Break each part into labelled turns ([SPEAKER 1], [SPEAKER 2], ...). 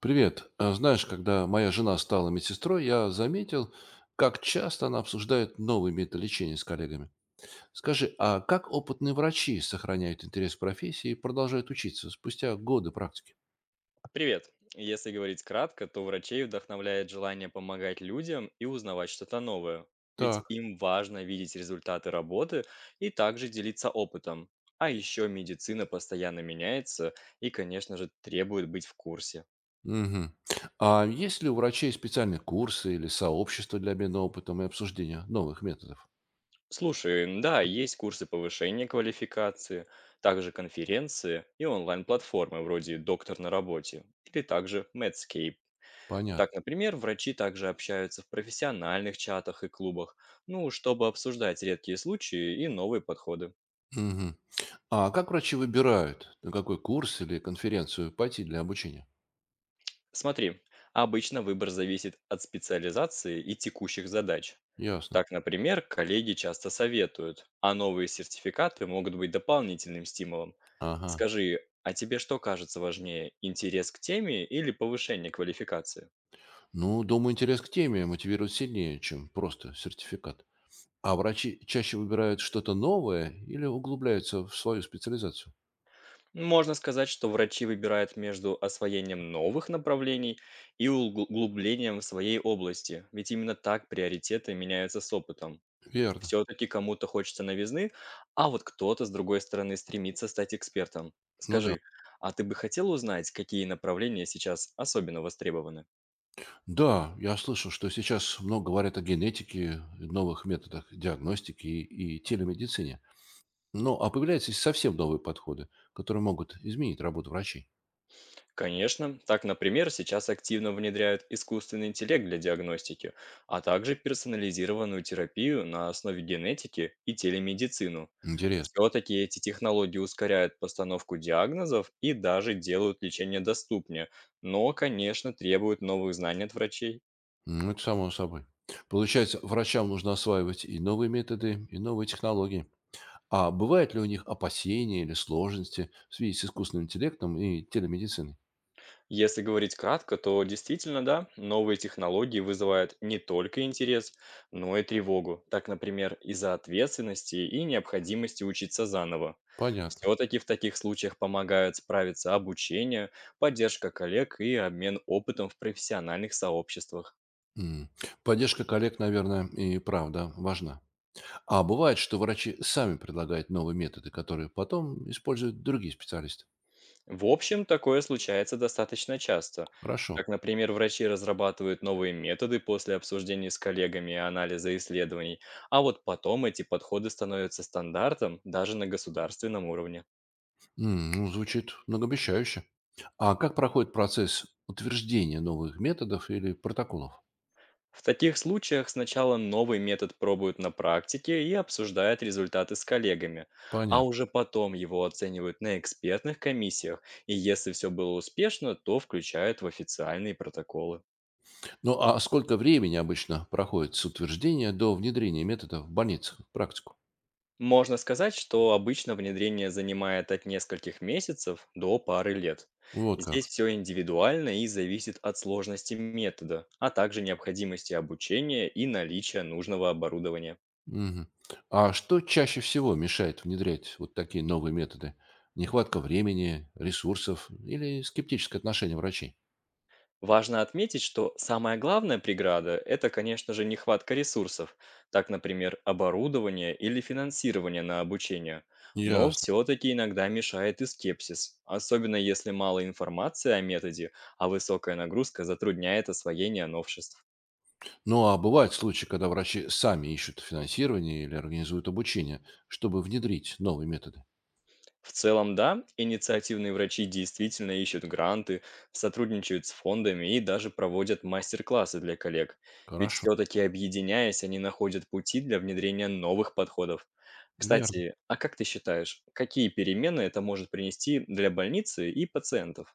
[SPEAKER 1] Привет. А знаешь, когда моя жена стала медсестрой, я заметил, как часто она обсуждает новые методы лечения с коллегами. Скажи, а как опытные врачи сохраняют интерес к профессии и продолжают учиться спустя годы практики?
[SPEAKER 2] Привет! Если говорить кратко, то врачей вдохновляет желание помогать людям и узнавать что-то новое. Ведь
[SPEAKER 1] Так.
[SPEAKER 2] им важно видеть результаты работы и также делиться опытом. А еще медицина постоянно меняется и, конечно же, требует быть в курсе.
[SPEAKER 1] Мгм. А есть ли у врачей специальные курсы или сообщества для обмена опытом и обсуждения новых методов?
[SPEAKER 2] Слушай, да, есть курсы повышения квалификации, также конференции и онлайн-платформы вроде «Доктор на работе» или также Medscape. Так,
[SPEAKER 1] Понятно.
[SPEAKER 2] например, врачи также общаются в профессиональных чатах и клубах, ну, чтобы обсуждать редкие случаи и новые подходы.
[SPEAKER 1] Мгм. А как врачи выбирают, на какой курс или конференцию пойти для обучения?
[SPEAKER 2] Смотри, обычно выбор зависит от специализации и текущих задач.
[SPEAKER 1] Ясно.
[SPEAKER 2] Так, например, коллеги часто советуют, а новые сертификаты могут быть дополнительным стимулом.
[SPEAKER 1] Ага.
[SPEAKER 2] Скажи, а тебе что кажется важнее, интерес к теме или повышение квалификации?
[SPEAKER 1] Ну, думаю, интерес к теме мотивирует сильнее, чем просто сертификат. А врачи чаще выбирают что-то новое или углубляются в свою специализацию?
[SPEAKER 2] Можно сказать, что врачи выбирают между освоением новых направлений и углублением в своей области, ведь именно так приоритеты меняются с опытом.
[SPEAKER 1] Верно.
[SPEAKER 2] Все-таки кому-то хочется новизны, а вот кто-то, с другой стороны, стремится стать экспертом.
[SPEAKER 1] Ну да.
[SPEAKER 2] Скажи, а ты бы хотел узнать, какие направления сейчас особенно востребованы?
[SPEAKER 1] Да, я слышал, что сейчас много говорят о генетике, новых методах диагностики и телемедицине. Ну, а появляются и совсем новые подходы, которые могут изменить работу врачей.
[SPEAKER 2] Конечно. Так, например, сейчас активно внедряют искусственный интеллект для диагностики, а также персонализированную терапию на основе генетики и телемедицину.
[SPEAKER 1] Интересно.
[SPEAKER 2] Все-таки эти технологии ускоряют постановку диагнозов и даже делают лечение доступнее, но, конечно, требуют новых знаний от врачей.
[SPEAKER 1] Ну, это само собой. Получается, врачам нужно осваивать и новые методы, и новые технологии. А бывают ли у них опасения или сложности в связи с искусственным интеллектом и телемедициной?
[SPEAKER 2] Если говорить кратко, то действительно, да, новые технологии вызывают не только интерес, но и тревогу. Так, например, из-за ответственности и необходимости учиться заново.
[SPEAKER 1] Понятно.
[SPEAKER 2] Все-таки в таких случаях помогают справиться обучение, поддержка коллег и обмен опытом в профессиональных сообществах.
[SPEAKER 1] М. Поддержка коллег, наверное, и правда важна. А бывает, что врачи сами предлагают новые методы, которые потом используют другие специалисты.
[SPEAKER 2] В общем, такое случается достаточно часто.
[SPEAKER 1] Хорошо.
[SPEAKER 2] Так, например, врачи разрабатывают новые методы после обсуждений с коллегами и анализа исследований, а вот потом эти подходы становятся стандартом даже на государственном уровне.
[SPEAKER 1] М, ну, звучит многообещающе. А как проходит процесс утверждения новых методов или протоколов?
[SPEAKER 2] В таких случаях сначала новый метод пробуют на практике и обсуждают результаты с коллегами, а
[SPEAKER 1] Понятно.
[SPEAKER 2] уже потом его оценивают на экспертных комиссиях, и если все было успешно, то включают в официальные протоколы.
[SPEAKER 1] Ну, а сколько времени обычно проходит с утверждения до внедрения методов в больницах, в практику?
[SPEAKER 2] Можно сказать, что обычно внедрение занимает от нескольких месяцев до пары лет.
[SPEAKER 1] Вот
[SPEAKER 2] Здесь
[SPEAKER 1] как.
[SPEAKER 2] все индивидуально и зависит от сложности метода, а также необходимости обучения и наличия нужного оборудования.
[SPEAKER 1] Мгм. А что чаще всего мешает внедрять вот такие новые методы? Нехватка времени, ресурсов или скептическое отношение врачей?
[SPEAKER 2] Важно отметить, что самая главная преграда — это, конечно же, нехватка ресурсов, так, например, оборудование или финансирование на обучение. Но
[SPEAKER 1] Ясно.
[SPEAKER 2] все-таки иногда мешает и скепсис, особенно если мало информации о методе, а высокая нагрузка затрудняет освоение новшеств.
[SPEAKER 1] Ну а бывают случаи, когда врачи сами ищут финансирование или организуют обучение, чтобы внедрить новые методы.
[SPEAKER 2] В целом, да, инициативные врачи действительно ищут гранты, сотрудничают с фондами и даже проводят мастер-классы для коллег. Ведь
[SPEAKER 1] Хорошо.
[SPEAKER 2] все-таки объединяясь, они находят пути для внедрения новых подходов.
[SPEAKER 1] Верно.
[SPEAKER 2] Кстати, а как ты считаешь, какие перемены это может принести для больницы и пациентов?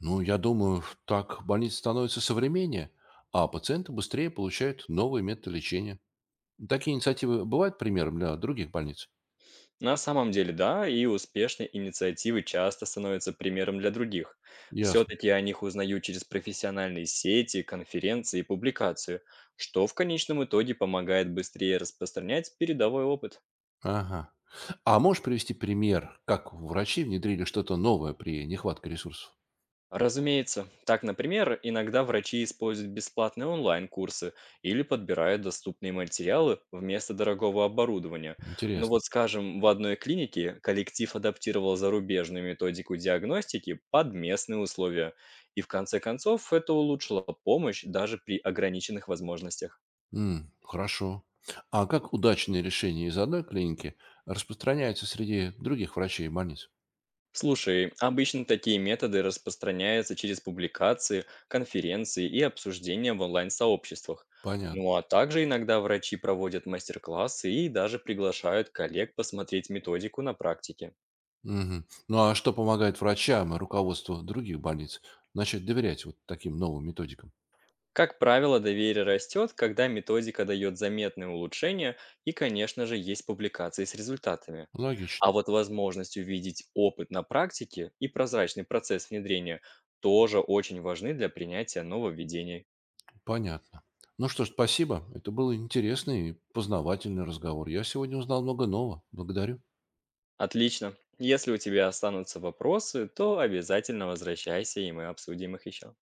[SPEAKER 1] Ну, я думаю, так больницы становятся современнее, а пациенты быстрее получают новые методы лечения. Такие инициативы бывают примером для других больниц?
[SPEAKER 2] На самом деле, да, и успешные инициативы часто становятся примером для других.
[SPEAKER 1] Ясно.
[SPEAKER 2] Все-таки о них узнают через профессиональные сети, конференции и публикации, что в конечном итоге помогает быстрее распространять передовой опыт.
[SPEAKER 1] Ага. А можешь привести пример, как врачи внедрили что-то новое при нехватке ресурсов?
[SPEAKER 2] Разумеется, так, например, иногда врачи используют бесплатные онлайн-курсы или подбирают доступные материалы вместо дорогого оборудования. Ну
[SPEAKER 1] Интересно.
[SPEAKER 2] вот, скажем, в одной клинике коллектив адаптировал зарубежную методику диагностики под местные условия, и в конце концов это улучшило помощь даже при ограниченных возможностях.
[SPEAKER 1] М, хорошо. А как удачные решения из одной клиники распространяются среди других врачей и больниц?
[SPEAKER 2] Слушай, обычно такие методы распространяются через публикации, конференции и обсуждения в онлайн-сообществах.
[SPEAKER 1] Понятно.
[SPEAKER 2] Ну а также иногда врачи проводят мастер-классы и даже приглашают коллег посмотреть методику на практике.
[SPEAKER 1] Мгм. Ну а что помогает врачам и руководству других больниц начать доверять вот таким новым методикам?
[SPEAKER 2] Как правило, доверие растет, когда методика дает заметные улучшения и, конечно же, есть публикации с результатами.
[SPEAKER 1] Логично.
[SPEAKER 2] А вот возможность увидеть опыт на практике и прозрачный процесс внедрения тоже очень важны для принятия нововведений.
[SPEAKER 1] Понятно. Ну что ж, спасибо. Это был интересный и познавательный разговор. Я сегодня узнал много нового. Благодарю.
[SPEAKER 2] Отлично. Если у тебя останутся вопросы, то обязательно возвращайся, и мы обсудим их еще.